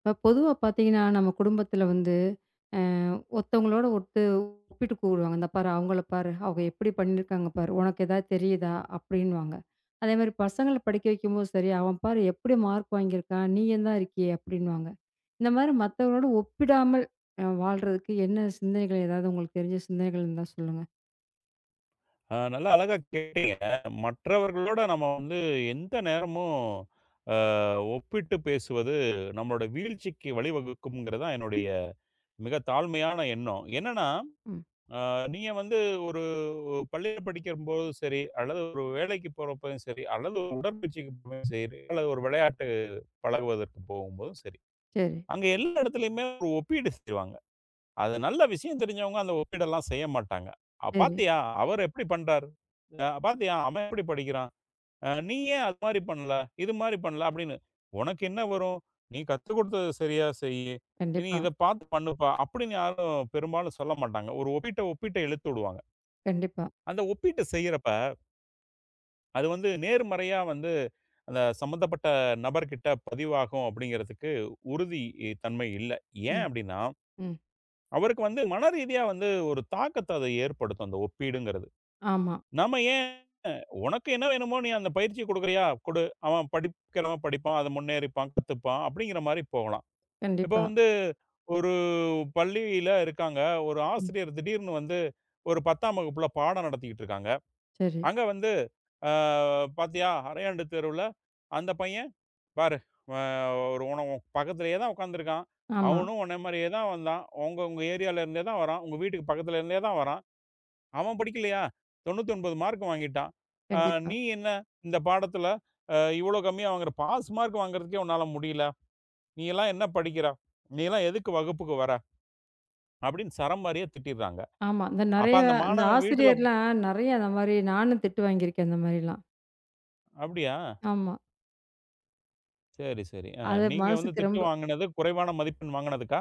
இப்ப பொதுவா பார்த்தீங்கன்னா, நம்ம குடும்பத்தில வந்து அ ஒருத்தவங்களோட ஒருத்து ஒப்பிட்டு கூறுவாங்க. "இந்த பாரு அவங்கள பாரு, அவங்க எப்படி பண்ணியிருக்காங்க பாரு, உனக்கு ஏதாவது தெரியுதா?" அப்படின்னுவாங்க. அதேமாரி பசங்கள படிக்க வைக்கும்போது சரி, "அவன் பாரு எப்படி மார்க் வாங்கியிருக்கான், நீ தான் இருக்கியே" அப்படின்னுவாங்க. இந்த மாரி மத்தவங்களோட ஒப்பிடாமல் வாழ்றதுக்கு என்ன சிந்தனைகள் ஏதாவது உங்களுக்கு தெரிஞ்ச சிந்தனைகள் இருந்தா சொல்லுங்க? நல்லா அழகா மற்றவர்களோட நம்ம வந்து எந்த நேரமும் அ ஒப்பிட்டு பேசுவது நம்மளோட வீழ்ச்சிக்கு வழிவகுக்கும்ங்கிறது தான் என்னுடைய மிக தாழ்மையான எண்ணம். என்னன்னா, ம். அ நீங்க வந்து ஒரு பள்ளியில படிக்கும்போதும் சரி, அல்லது ஒரு வேலைக்கு போறப்பயும் சரி, அல்லது ஒரு உடற்பயிற்சிக்கு போகும்போதும் சரி, அல்லது ஒரு விளையாட்டு பழகுவதற்கு போகும்போதும் சரி, சரி, அங்க எல்லா இடத்துலயுமே ஒரு ஒப்பீடு செய்வாங்க. அது நல்ல விஷயம் தெரிஞ்சவங்க அந்த ஒப்பீடெல்லாம் செய்ய மாட்டாங்க. சரி. பாத்தியா! அவர் எப்படி பண்றாரு? பாத்தியா! அவன் எப்படி படிக்கிறான்?" "நீ ஏன் அது மாரி பண்ணல? இது மாரி பண்ணல?" அப்படின்னு. "உனக்கு என்ன வரும்? நீ கத்துக் கொடுத்தத சரியா செய்யி. நீ கண்டிப்பா, இத பார்த்து பண்ணுப்பா" அப்படின்னு யாரும் பெரும்பாலும் சொல்ல மாட்டாங்க. ஒரு ஒப்பீட்ட ஒப்பீட்ட இழுத்து விடுவாங்க. கண்டிப்பா. அந்த ஒப்பீட்டு செய்யறப்ப, அது வந்து நேர்மறையா வந்து அந்த சம்மந்தப்பட்ட நபர்கிட்ட பதிவாகும் அப்படிங்கிறதுக்கு உறுதி தன்மை இல்ல. ஏன் ம், அப்படின்னா, ம். அவருக்கு வந்து மனரீதியா வந்து ஒரு தாக்கத்த அது ஏற்படுத்தும், அந்த ஒப்பீடுங்கிறது. ஆமா. நம்ம ஏன் உனக்கு என்ன வேணுமோ நீ அந்த பயிற்சி குடுக்குறியா? குடு. அவன் படிக்கிறவன் படிப்பான். அது முன்னேறிப்பான், கத்துப்பான் அப்படிங்கிற மாரி போகலாம். இப்போ கண்டிப்பா. வந்து ஒரு பள்ளியில இருக்காங்க. ஒரு ம். ஆசிரியர் திடீர்னு வந்து ஒரு 10ஆம் வகுப்புல பாடம் நடத்திக்கிட்டு இருக்காங்க. சரி. அங்க வந்து அ "பாத்தியா அரையாண்டு தேர்வுல அந்த பையன் பாரு அ ஒரு உன் பக்கத்திலேயே தான் உட்காந்துருக்கான். ஆமா. அவனும் உன்ன மாரியே தான் வந்தான். உங்க உங்க ஏரியால இருந்தே தான் வரான். உங்க வீட்டுக்கு பக்கத்துல இருந்தே தான் வரான். அவன் படிக்கலையா? 99 மார்க் வாங்கிட்டான். ஆ கண்டிப்பா. நீ என்ன இந்த பாடத்துல இவ்ளோ கம்மியா வாங்குற? பாஸ் மார்க் வாங்குறதுக்கே உன்னால முடியல. நீ எல்லாம் என்ன படிக்கிற? நீ எல்லாம் எதுக்கு வகுப்புக்கு வர? அப்படின்னு சரமாரியா திட்டிர்றாங்க. ஆமா. இந்த அப்ப நெறைய அந்த அந்த மாணவன் வீட்டுல ஆசிரியர்லாம் நெறைய அந்த மாரி நானும் திட்டு வாங்கியிருக்கேன் இந்த மாரிலாம். அப்படியா? ஆமா. சரி, சரி. அது நீங்க வந்து மனசுக்கு திட்டு ரொம்ப வாங்குனது குறைவான மதிப்பெண் வாங்குனதுக்கா?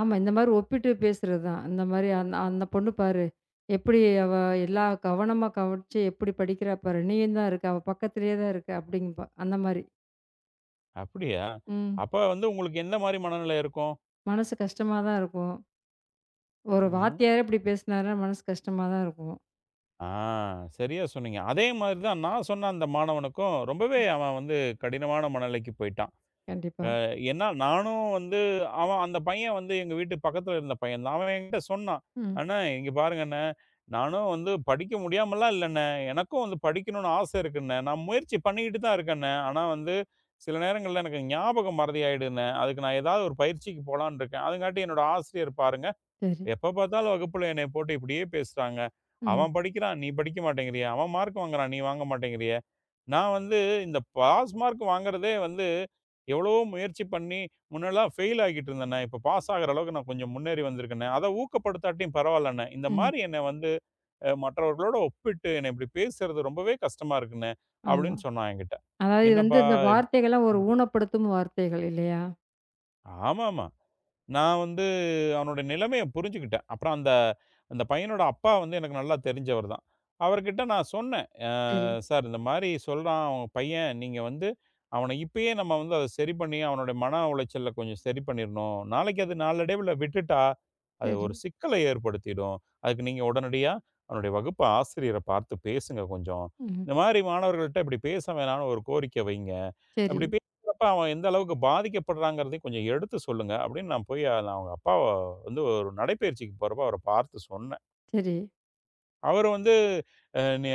ஆமா. இந்த மாரி ஒப்பிட்டு பேசுறது தான். இந்த மாரி அந்த அந்த பொண்ணு பாரு, எப்படி அவ எல்லா கவனமா கவனிச்சு எப்படி படிக்கிறா பாரு. நீயும் தான் இருக்க. அவ பக்கத்திலேயே தான் இருக்க அப்படிங்கும்பா. அந்த மாரி. அப்படியா? ம். அப்ப வந்து உங்களுக்கு எந்த மாரி மனநிலை இருக்கும்? மனசு கஷ்டமா தான் இருக்கும். ஒரு ம்ஹ்ம். வாத்தியாரே இப்படி பேசினாருன்னா மனசு கஷ்டமா தான் இருக்கும். ஆ சரியா சொன்னீங்க. அதே மாரி தான் நான் சொன்ன அந்த மாணவனுக்கும் ரொம்பவே அவன் வந்து கடினமான மனநிலைக்கு போயிட்டான். கண்டிப்பா. ஏன்னா நானும் வந்து அவன் அந்த பையன் வந்து எங்க வீட்டு பக்கத்துல இருந்த பையன் தான். அவன் என்கிட்ட சொன்னான். ம். "அண்ணா இங்க பாருங்க அண்ணே, நானும் வந்து படிக்க முடியாமல்லாம் இல்ல அண்ணே. எனக்கும் வந்து படிக்கணும்னு ஆசை இருக்கு அண்ணே. நான் முயற்சி பண்ணிக்கிட்டு தான் இருக்கேன் அண்ணே. ஆனா வந்து சில நேரங்கள்ல எனக்கு ஞாபகம் மறதி ஆயிடுதுண்ணே. அதுக்கு நான் ஏதாவது ஒரு பயிற்சிக்கு போலான்னு இருக்கேன். அதுங்காட்டி என்னோட ஆசிரியர் பாருங்க" சரி. எப்போ பார்த்தாலும் வகுப்பில் என்னை போட்டு இப்படியே பேசுறாங்க. ம். அவன் படிக்கிறான், நீ படிக்க மாட்டேங்கிறியே! அவன் மார்க் வாங்குறான், நீ வாங்க மாட்டேங்கிறியே! நான் வந்து இந்த பாஸ் மார்க் வாங்குறதே வந்து எவ்வளவோ முயற்சி பண்ணி முன்னெல்லாம் ஃபெயில் ஆகிட்டு இருந்தேண்ணே. இப்போ பாஸ் ஆகுற அளவுக்கு நான் கொஞ்சம் முன்னேறி வந்திருக்கேண்ணே. அதை ஊக்கப்படுத்தாட்டியும் பரவாயில்லண்ணே. இந்த ம். மாரி என்னை வந்து மற்றவர்களோட ஒப்பிட்டு என்னை இப்படி பேசுறது ரொம்பவே கஷ்டமா இருக்குண்ணே! ஆமா. அப்படின்னு சொன்னான் என்கிட்ட. அதாவது இது வந்து என்னப்பா இந்த இப் வார்த்தைகள்லாம் ஒரு ஊனப்படுத்தும் வார்த்தைகள் இல்லையா? ஆமாமா. நான் வந்து அவனோட நிலைமைய புரிஞ்சுக்கிட்டேன். அப்புறம் அந்த அந்த பையனோட அப்பா வந்து எனக்கு நல்லா தெரிஞ்சவர் தான். அவர்கிட்ட நான் சொன்னேன். சரி, சார் இந்த மாரி சொல்றான் உங்க பையன். நீங்க வந்து அவன இப்பயே நம்ம வந்து அத சரி பண்ணி, அவனுடைய மன உளைச்சல கொஞ்சம் சரி பண்ணிரணும். நாளைக்கு அது நாளடைவுல விட்டுட்டா, அது சரி. ஒரு சிக்கலை ஏற்படுத்திடும். அதுக்கு நீங்க உடனடியா அவனுடைய வகுப்பு ஆசிரியர பார்த்து பேசுங்க கொஞ்சம். ம். இந்த மாரி மாணவர்கள்ட்ட இப்படி பேச வேணாம்னு ஒரு கோரிக்கை வைங்க." சரி, அப்படி பேசுறப்ப அவன் எந்த அளவுக்கு பாதிக்கப்படுறாங்கிறதையும் கொஞ்சம் எடுத்து சொல்லுங்க அப்படின்னு நான் போய் நான் அவங்க அப்பாவ வந்து ஒரு நடைப்பயிற்சிக்கு போறப்ப அவர பார்த்து சொன்னேன். சரி, அவரு வந்து அ நி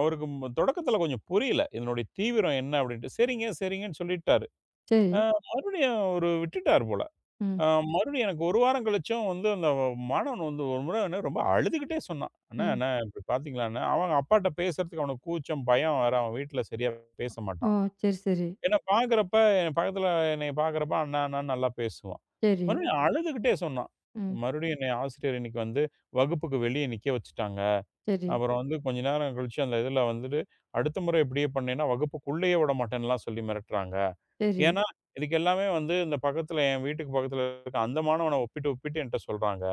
அவருக்கு தொடக்கத்துல கொஞ்சம் புரியல. இதனுடைய தீவிரம் என்ன அப்படின்ட்டு. சரிங்க, சரிங்கன்னு சொல்லிட்டாரு. சரி. அ மறுபடியும் ஒரு விட்டுட்டார் போல. ம், அ மறுபடியும் எனக்கு 1 வாரம் கழிச்சும் வந்து அந்த மாணவன் வந்து ஒரு முறை என்ன ரொம்ப அழுதுகிட்டே சொன்னான். "அண்ணா, ம். அண்ணா இப்படி பார்த்தீங்களா அண்ணா?" அவன் அப்பாட்ட பேசுறதுக்கு அவனுக்கு கூச்சம், பயம் வேற. அவன் வீட்ல சரியா பேச ஓ! மாட்டான். சரி, சரி, என்ன பார்க்குறப்ப, என் பக்கத்துல என்னைய பார்க்குறப்ப, அண்ணா அண்ணான்னு நல்லா பேசுவான். சரி. மறுபடியும் அழுதுகிட்டே சொன்னான். ம். மறுபடியும் என்னைய ஆசிரியர் இன்னைக்கு வந்து வகுப்புக்கு வெளிய நிக்க வச்சுட்டாங்க. சரி, அப்புறம் வந்து கொஞ்ச நேரம் கழிச்சு அந்த இதுல வந்துட்டு, "அடுத்த முறை இப்படியே பண்ணீன்னா வகுப்புக்குள்ளேயே விடமாட்டேன்லாம்" சொல்லி மிரட்டுறாங்க. சரி, ஏன்னா, இதுக்கு எல்லாமே வந்து இந்த பக்கத்துல என் வீட்டுக்கு பக்கத்துல இருக்க அந்த மாணவன ஒப்பிட்டு, ஒப்பிட்டு என்ட்ட சொல்றாங்க.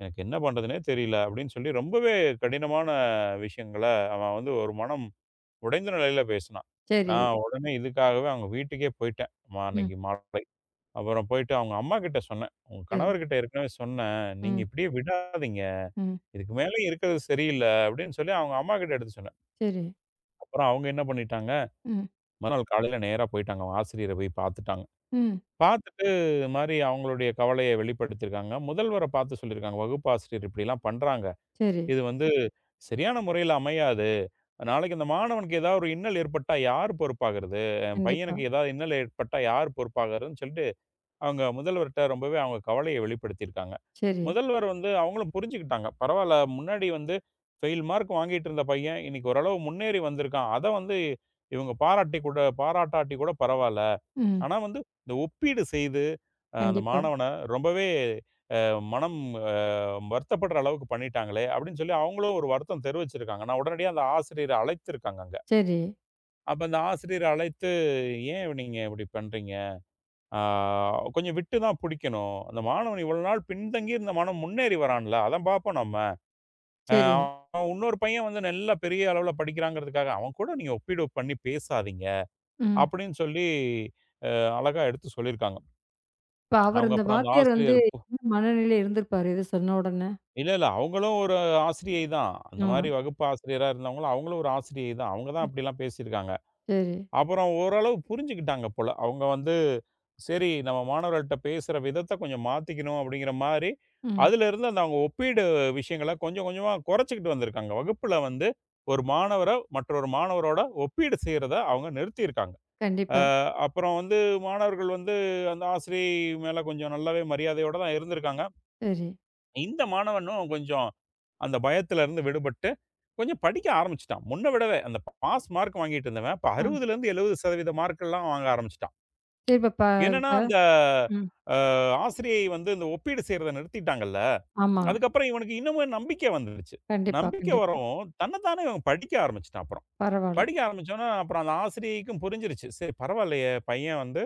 எனக்கு என்ன பண்றதுன்னே தெரியல அப்படின்னு சொல்லி ரொம்பவே கடினமான விஷயங்கள அவன் வந்து ஒரு மனம் உடைந்த நிலையில பேசினா. சரி. நான் உடனே இதுக்காகவே அவங்க வீட்டுக்கே போயிட்டேன். ம். அன்னைக்கு மாலை. அப்புறம் போயிட்டு அவங்க அம்மாகிட்ட சொன்னேன். "உங்க சரி. கணவர்கிட்ட ஏற்கனவே சொன்னேன். நீங்க ம், இப்படியே விடாதீங்க. ம். இதுக்கு மேலயும் இருக்கிறது சரியில்ல." அப்படின்னு சொல்லி அவங்க அம்மாகிட்ட எடுத்து சொன்னேன். சரி. அப்புறம் அவங்க என்ன பண்ணிட்டாங்க, ம், மறுநாள் காலையில நேரா போயிட்டாங்க. அவங்க ஆசிரியர போய் பார்த்துட்டாங்க. ம். பார்த்துட்டு இது மாரி அவங்களுடைய கவலைய வெளிப்படுத்தியிருக்காங்க. முதல்வர பார்த்து சொல்லியிருக்காங்க. "வகுப்பாசிரியர் இப்படிலாம் பண்றாங்க. சரி. இது வந்து சரியான முறையில அமையாது. நாளைக்கு இந்த மாணவனுக்கு ஏதாவது ஒரு இன்னல் ஏற்பட்டா யார் பொறுப்பாகிறது? என் கண்டிப்பா. பையனுக்கு ஏதாவது இன்னல் ஏற்பட்டா யார் பொறுப்பாகிறதுன்னு சொல்லிட்டு, அவங்க முதல்வர்ட்ட ரொம்பவே அவங்க கவலைய வெளிப்படுத்தியிருக்காங்க. சரி. முதல்வர் வந்து அவங்களும் புரிஞ்சுக்கிட்டாங்க. பரவால்ல முன்னாடி வந்து ஃபெயில் மார்க் வாங்கிட்டு இருந்த பையன், இன்னைக்கு ஓரளவு முன்னேறி வந்திருக்கான். அத வந்து இவங்க பாராட்டி கூட பாராட்டாட்டி கூட பரவால்ல. ம். ஆனா வந்து இந்த ஒப்பீடு செய்து, அந்த கண்டிப்பா. மாணவன ரொம்பவே மனம் வருத்தப்படுற அளவுக்கு பண்ணிட்டாங்களே! அப்படின்னு சொல்லி அவங்களும் ஒரு வருத்தம் தெரிவிச்சிருக்காங்க. நான் உடனடியா அந்த ஆசிரியர அழைத்திருக்காங்க அங்க. சரி, அப்ப அந்த ஆசிரியர அழைத்து, "ஏன் நீங்க இப்படி பண்றீங்க? ஆ கொஞ்சம் விட்டு தான் புடிக்கணும். அந்த மாணவன் இவ்வளவு நாள் பின்தங்கி இருந்த மாணவன் முன்னேறி வரான்ல. அத பார்ப்போம் நம்ம. அ சரி. அவன் இன்னொரு பையன் வந்து நல்லா பெரிய அளவுல படிக்கிறாங்கிறதுக்காக, அவன் கூட நீங்க ஒப்பீடு பண்ணி பேசாதீங்க." ம். அப்படின்னு சொல்லி அழகா எடுத்து சொல்லியிருக்காங்க. இப்ப அவர் அவங்க இந்த அப்புறம் அந்த வாத்தியார் வந்து ஆசிரியர் என்ன மனநிலையில இருந்திருப்பாரு? இத சொன்ன உடனே? இல்ல, இல்ல. அவங்களும் ஒரு ஆசிரியை தான். அந்த ஆமா. மாரி வகுப்பு ஆசிரியரா இருந்தவங்களும், அவங்களும் ஒரு ஆசிரியை தான். அவங்க தான் ம். அப்படிலாம் பேசியிருக்காங்க. சரி. அப்புறம் ஓரளவு புரிஞ்சுக்கிட்டாங்க போல. அவங்க வந்து, சரி நம்ம மாணவர்கள்ட்ட பேசுற விதத்த கொஞ்சம் மாத்திக்கணும் அப்படிங்கிற மாரி, ம். அதிலிருந்து அந்த அவங்க ஒப்பீடு விஷயங்கள கொஞ்சம் கொஞ்சமா குறைச்சுக்கிட்டு வந்திருக்காங்க. வகுப்புல வந்து ஒரு மாணவர மற்றொரு மாணவரோட ஒப்பீடு செய்றத அவங்க நிறுத்தியிருக்காங்க. கண்டிப்பா. அப்புறம் வந்து மாணவர்கள் வந்து அந்த ஆசிரியை மேல கொஞ்சம் நல்லாவே மரியாதையோட தான் இருந்திருக்காங்க. சரி. இந்த மாணவனும் கொஞ்சம் அந்த பயத்துல இருந்து விடுபட்டு, கொஞ்சம் படிக்க ஆரம்பிச்சுட்டான். முன்ன விடவே அந்த பாஸ் மார்க் வாங்கிட்டு இருந்தவன், இப்ப ஆ. 60ல இருந்து 70% மார்க்கெல்லாம் வாங்க ஆரம்பிச்சுட்டான். சரி இப்ப ப என்னன்னா, இப்ப அந்த ம். அ ஆசிரியை வந்து இந்த ஒப்பீடு செய்றத நிறுத்திட்டாங்கல்ல. ஆமா. அதுக்கப்புறம் இவனுக்கு இன்னமும் நம்பிக்கை வந்துருச்சு. கண்டிப்பா, நம்பிக்கை கண்டிப்பா. வரவும் தன்னத்தானே இவன் படிக்க ஆரம்பிச்சுட்டான் அப்புறம். பரவால்ல. படிக்க ஆரம்பிச்சோனே, அப்புறம் அந்த ஆசிரியைக்கும் புரிஞ்சிருச்சு. சரி பரவாயில்லையே பையன் வந்து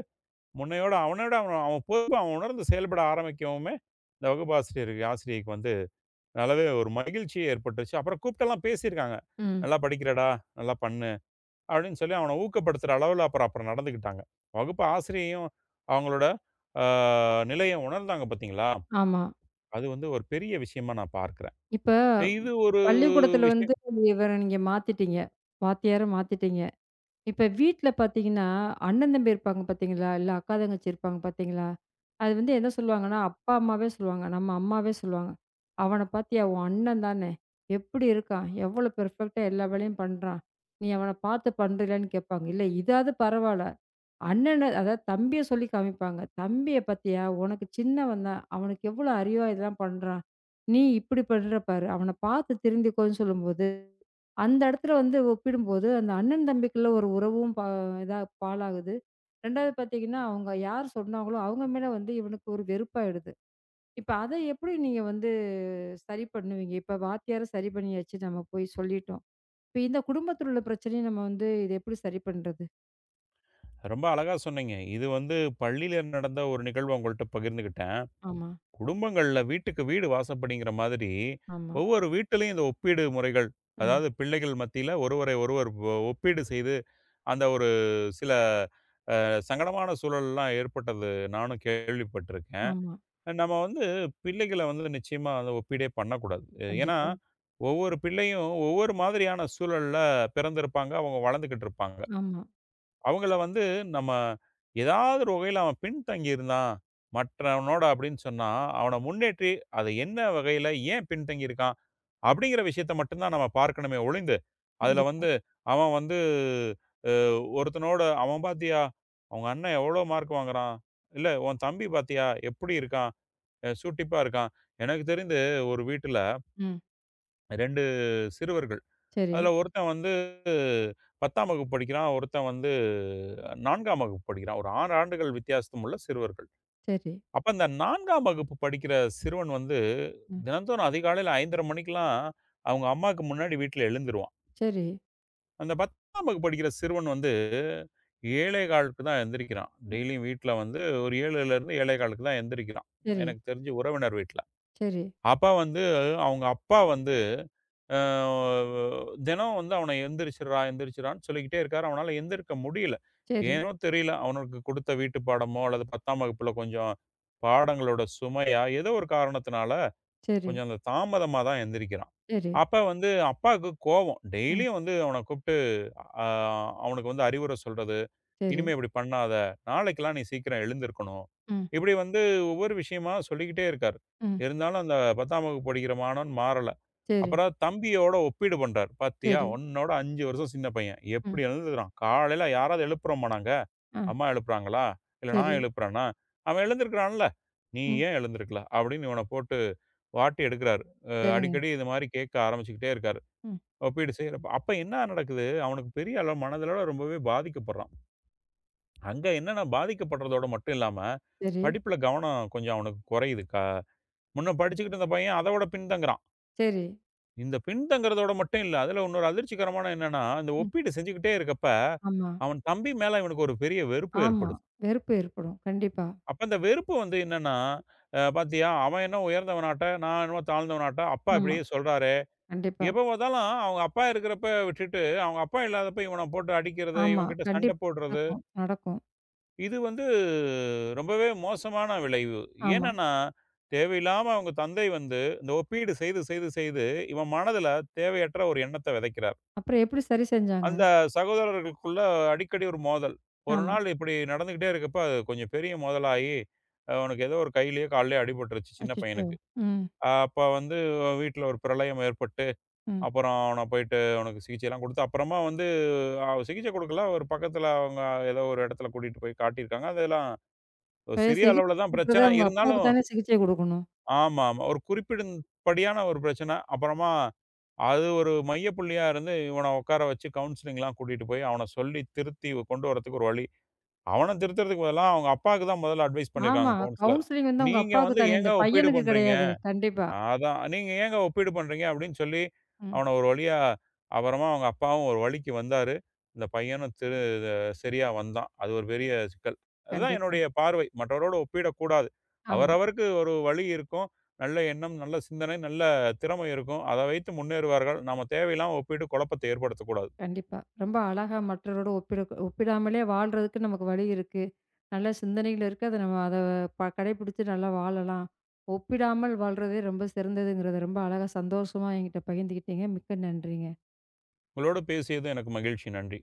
முன்னையோட அவனோட அவன் அவன் பொறுப்ப அவன் உணர்ந்து செயல்பட ஆரம்பிக்கவுமே, இந்த வகுப்பாசிரியருக்கு ஆசிரியைக்கு வந்து நல்லாவே ஒரு மகிழ்ச்சி ஏற்பட்டுச்சு. அப்புறம் கூப்ட்டெல்லாம் பேசியிருக்காங்க. ம். "நல்லா படிக்கிறடா! நல்லா பண்ணு" அப்படின்னு சொல்லி அவன ஊக்கப்படுத்துற அளவுல அப்புறம் அப்புறம் நடந்துக்கிட்டாங்க. வகுப்பு ஆசிரியையும் அவங்களோட அ நிலைய உணர்ந்தாங்க பார்த்தீங்களா? ஆமா. அது வந்து ஒரு பெரிய விஷயமா நான் பார்க்கிறேன். இப்ப இது ஒரு பள்ளிக்கூடத்துல வந்து விஷயம். இவர நீங்க மாத்திட்டீங்க. வாத்தியார மாத்திட்டீங்க. இப்ப வீட்ல பார்த்தீங்கன்னா, அண்ணன் தம்பி இருப்பாங்க பார்த்தீங்களா? இல்ல அக்கா தங்கச்சி இருப்பாங்க பார்த்தீங்களா? அது வந்து என்ன சொல்லுவாங்கன்னா, அப்பா அம்மாவே சொல்லுவாங்க. நம்ம அம்மாவே சொல்லுவாங்க. "அவன பார்த்தியா? உன் அண்ணன் தானே! எப்படி இருக்கான்? எவ்வளோ பெர்ஃபெக்ட்டா எல்லா வேலையும் பண்றான். நீ அவன பார்த்து பண்றீயலான்னு" கேட்பாங்க. இல்ல இதாவது பரவால்ல. அண்ணன அதாவது தம்பிய சொல்லி காமிப்பாங்க. "தம்பிய பாத்தியா? உனக்கு சின்னவன் தான். அவனுக்கு எவ்வளோ அறிவா இதெல்லாம் பண்றான். நீ இப்படி பண்ற பாரு. அவன பாத்து திருந்திக்கோன்னு" சொல்லும்போது, அந்த இடத்துல வந்து ஒப்பிடும்போது, அந்த அண்ணன் தம்பிக்குள்ள ஒரு உறவும் பா இதா பாழாகுது. 2வது பாத்தீங்கன்னா, அவங்க யார் சொன்னாங்களோ, அவங்க மேல வந்து இவனுக்கு ஒரு வெறுப்பாயிடுது. இப்ப அத எப்படி நீங்க வந்து சரி பண்ணுவீங்க? இப்ப வாத்தியார சரி பண்ணியாச்சு, நம்ம போய் சொல்லிட்டோம். இப்ப இந்த குடும்பத்துல உள்ள பிரச்சனைய நம்ம வந்து இத எப்படி சரி பண்றது? ரொம்ப அழகா சொன்னீங்க. இது வந்து பள்ளியில நடந்த ஒரு நிகழ்வ உங்கள்ட்ட பகிர்ந்துக்கிட்டேன். ஆமா, குடும்பங்கள்ல வீட்டுக்கு வீடு வாசப்படிங்கிற மாதிரி ஆமா. ஒவ்வொரு வீட்டிலயும் இந்த ஒப்பீடு முறைகள், ம். அதாவது பிள்ளைகள் மத்தியில ஒருவரை ஒருவர் ஒப்பீடு செய்து அந்த ஒரு சில சங்கடமான சூழல்லாம் ஏற்பட்டது நானும் கேள்விப்பட்டிருக்கேன். ஆமா. நம்ம வந்து பிள்ளைகள வந்து நிச்சயமா வந்து ஒப்பீடே பண்ணக்கூடாது. ஏன்னா, கண்டிப்பா. ஒவ்வொரு பிள்ளையும் ஒவ்வொரு மாதிரியான சூழல்ல பிறந்திருப்பாங்க. அவங்க வளர்ந்துக்கிட்டு இருப்பாங்க. ஆமா. அவங்கள வந்து நம்ம ஏதாவது ஒரு வகையில அவன் பின்தங்கி இருந்தான் மற்றவனோட அப்படின்னு சொன்னா, அவன முன்னேற்றி அது என்ன வகையில ஏன் பின்தங்கி இருக்கான்? அப்படிங்கிற விஷயத்த மட்டுந்தான் நம்ம பார்க்கணுமே ஒழிந்து, அதில கண்டிப்பா. வந்து அவன் வந்து அ ஒருத்தனோட "அவன் பாத்தியா? அவங்க அண்ணன் எவ்வளோ மார்க் வாங்குறான்? இல்ல உன் தம்பி பாத்தியா? எப்படி இருக்கான்? சூட்டிப்பா இருக்கான்." எனக்கு தெரிந்து ஒரு வீட்டில ம். 2 சிறுவர்கள். சரி, அதில ஒருத்தன் வந்து 10ஆம் வகுப்பு படிக்கிறான். ஒருத்தன் வந்து 4ஆம் வகுப்பு படிக்கிறான். ஒரு 6 ஆண்டுகள் வித்தியாசம் உள்ள சிறுவர்கள். சரி, அப்ப அந்த 4ஆம் வகுப்பு படிக்கிற சிறுவன் வந்து ம். தினந்தோறும் அதிகாலையில 5:30 மணிக்கெல்லாம் அவங்க அம்மாக்கு முன்னாடி வீட்ல எழுந்துருவான். சரி, அந்த 10ஆம் வகுப்பு படிக்கிற சிறுவன் வந்து, 7 1/4க்கு தான் எந்திரிக்கிறான். ம். டெய்லியும் வீட்ல வந்து ஒரு 7லேருந்து 7 1/4க்கு தான் எந்திரிக்கிறான். சரி, எனக்கு தெரிஞ்சு உறவினர் வீட்ல. சரி, அப்ப வந்து அவங்க அப்பா வந்து அ தினம் வந்து அவன எந்திரிச்சிர்றா, எந்திரிச்சிர்றான்னு சொல்லிக்கிட்டே இருக்காரு. அவனால எந்திரிக்க முடியல. சரி, ஏனோ தெரியல. அவனுக்கு குடுத்த வீட்டு பாடமோ, அல்லது 10ஆம் வகுப்புல கொஞ்சம் பாடங்களோட சுமையா, ஏதோ ஒரு காரணத்தினால சரி, கொஞ்சம் அந்த தாமதமா தான் எந்திரிக்கிறான். சரி, அப்ப வந்து அப்பாவுக்கு கோவம். ம். டெய்லியும் வந்து அவன கூப்ட்டு அ அவனுக்கு வந்து அறிவுர சொல்றது. சரி, "இனிமே இப்படி பண்ணாத. நாளைக்கெல்லாம் நீ சீக்கிரம் எழுந்திருக்கணும்." ம். இப்படி வந்து ஒவ்வொரு விஷயமா சொல்லிக்கிட்டே இருக்காரு. ம். இருந்தாலும் அந்த 10ஆம் வகுப்பு படிக்கிற மாணவன் மாறல. சரி, அப்புறம் தம்பியோட ஒப்பீடு பண்றாரு. "பாத்தியா, சரி, உன்னோட 5 வருஷம் சின்ன பையன். ம். எப்படி எழுந்துருக்கிறான். காலையில யாராவது எழுப்புறோமா நாங்க? ஆ, அம்மா எழுப்புறாங்களா? இல்ல சரி, நான் எழுப்புறேனா? அவன் எழுந்திருக்கிறான்ல. நீ ம். ஏன் எழுந்திருக்கல?" அப்படின்னு இவன போட்டு வாட்டி எடுக்கிறாரு. சரிங்க. அடிக்கடி இது மாரி கேட்க ஆரம்பிச்சுக்கிட்டே இருக்காரு. ம். ஒப்பீடு செய்றப்ப. அப்ப என்ன நடக்குது, அவனுக்கு பெரிய அளவு மனதளவுல ரொம்பவே பாதிக்கப்படுறான். அங்க என்னன்னா பாதிக்கப்படுறதோட மட்டும் இல்லாம, சரி, படிப்புல கவனம் கொஞ்சம் அவனுக்கு குறையுது. முன்ன படிச்சுக்கிட்டு இருந்த பையன், அத விட பின்தங்குறான். சரி. இந்த பின்தங்கறதோட மட்டும் இல்ல. அதுல இன்னொரு அதிர்ச்சிகரமான என்னன்னா, இந்த ம். ஒப்பீடு செஞ்சுகிட்டே இருக்கப்ப, ஆமா, அவன் தம்பி மேல இவனுக்கு ஒரு பெரிய வெறுப்பு ஆமா. ஏற்படுது. வெறுப்பு ஏற்படும். கண்டிப்பா. அப்ப அந்த வெறுப்பு வந்து என்னன்னா, பாத்தியா அவன் என்ன உயர்ந்தவனாட்ட, நான் என்னமோ தாழ்ந்தவனாட்ட, அப்பா ஆமா, இப்படியே சொல்றாரே. கண்டிப்பா. எப்ப பார்த்தாலும் அவங்க அப்பா இருக்கிறப்ப விட்டுட்டு, அவங்க அப்பா இல்லாதப்ப இவன போட்டு அடிக்கிறது, ஆமா, இவன்கிட்ட சண்ட கண்டிப்பா போடுறது. நடக்கும், நடக்கும். இது வந்து ரொம்பவே மோசமான விளைவு. ஆமா. ஏனன்னா, தேவையில்லாம அவங்க தந்தை வந்து இந்த ஒப்பீடு செய்து, செய்து, செய்து இவன் மனதுல தேவையற்ற ஒரு எண்ணத்த விதைக்கிறார். அப்புறம் எப்படி சரி செஞ்சாங்க? அந்த சகோதரர்களுக்குள்ள அடிக்கடி ஒரு மோதல். ஒரு ஆமா. நாள் இப்படி நடந்துகிட்டே இருக்கப்ப, அது கொஞ்சம் பெரிய மோதலாகி, அவனுக்கு ஏதோ ஒரு கையிலயோ, கால்லயோ அடிபட்டுருச்சு சின்ன அச்சச்சோ! பையனுக்கு. ம், அப்ப வந்து வீட்ல ஒரு பிரளயம் ஏற்பட்டு, ம். அப்புறம் அவன போயிட்டு அவனுக்கு சிகிச்சைலாம் குடுத்து, அப்புறமா வந்து சிகிச்சை குடுக்கல. ஒரு பக்கத்துல அவங்க ஏதோ ஒரு இடத்துல கூட்டிட்டு போய் காட்டியிருக்காங்க. அதெல்லாம் ஒரு இப்ப சிறிய சிகிச்சை அளவுல தான் குடுக்குறத பிரச்சனை. உங்க அப்பாவுக்கு இருந்தாலும் தானே சிகிச்சை குடுக்கணும். ஆமா, ஆமா. ஒரு குறிப்பிடும் படியான ஒரு பிரச்சனை. அப்புறமா அது ஒரு மையப்புள்ளியா இருந்து இவன உட்கார வச்சு கவுன்சிலிங்லாம் கூட்டிட்டு போய் அவன சொல்லி திருத்தி கொண்டு வரதுக்கு ஒரு வழி. அவன திருத்துறதுக்கு பதிலா அவங்க அப்பாக்கு தான் முதல்ல அட்வைஸ் ஆமா. பண்ணியிருக்காங்க கவுன்சிலர். கவுன்சிலிங் வந்து அவங்க நீங்க அப்பாவுக்கு வந்து தானே! ஏங்க இந்த ஒப்பீடு பையனுக்கு பண்றீங்க? கிடையாதே! கண்டிப்பா. அதான் நீங்க ஏங்க ஒப்பீடு பண்றீங்க அப்படின்னு சொல்லி ம். அவன ஒரு வழியா அப்புறமா அவங்க அப்பாவும் ஒரு வழிக்கு வந்தாரு. இந்த பையனும் சரியா வந்தான். அது ஒரு பெரிய சிக்கல். அதுதான் கண்டிப்பா. என்னுடைய பார்வை. மற்றவரோட ஒப்பிடக்கூடாது. ஆமா. அவரவருக்கு ஒரு வழி இருக்கும். நல்ல எண்ணம், நல்ல சிந்தனை, நல்ல திறமை இருக்கும். அதை வைத்து முன்னேறுவார்கள். நாம தேவையில்லாம ஒப்பிட்டு குழப்பத்தை ஏற்படுத்தக்கூடாது. கண்டிப்பா. ரொம்ப அழகா மற்றவரோட ஒப்பிடாமலே வாழ்றதுக்கு நமக்கு வழி இருக்கு. நல்ல சிந்தனைகள் இருக்கு. அத நம்ம அத ப கடைபிடிச்சு நல்லா வாழலாம். ஒப்பிடாமல் வாழ்றதே ரொம்ப சிறந்ததுங்கிறத ரொம்ப அழகா சந்தோஷமா என்கிட்ட பகிர்ந்துக்கிட்டீங்க. மிக்க நன்றிங்க. உங்களோடு பேசியது எனக்கு மகிழ்ச்சி. நன்றி.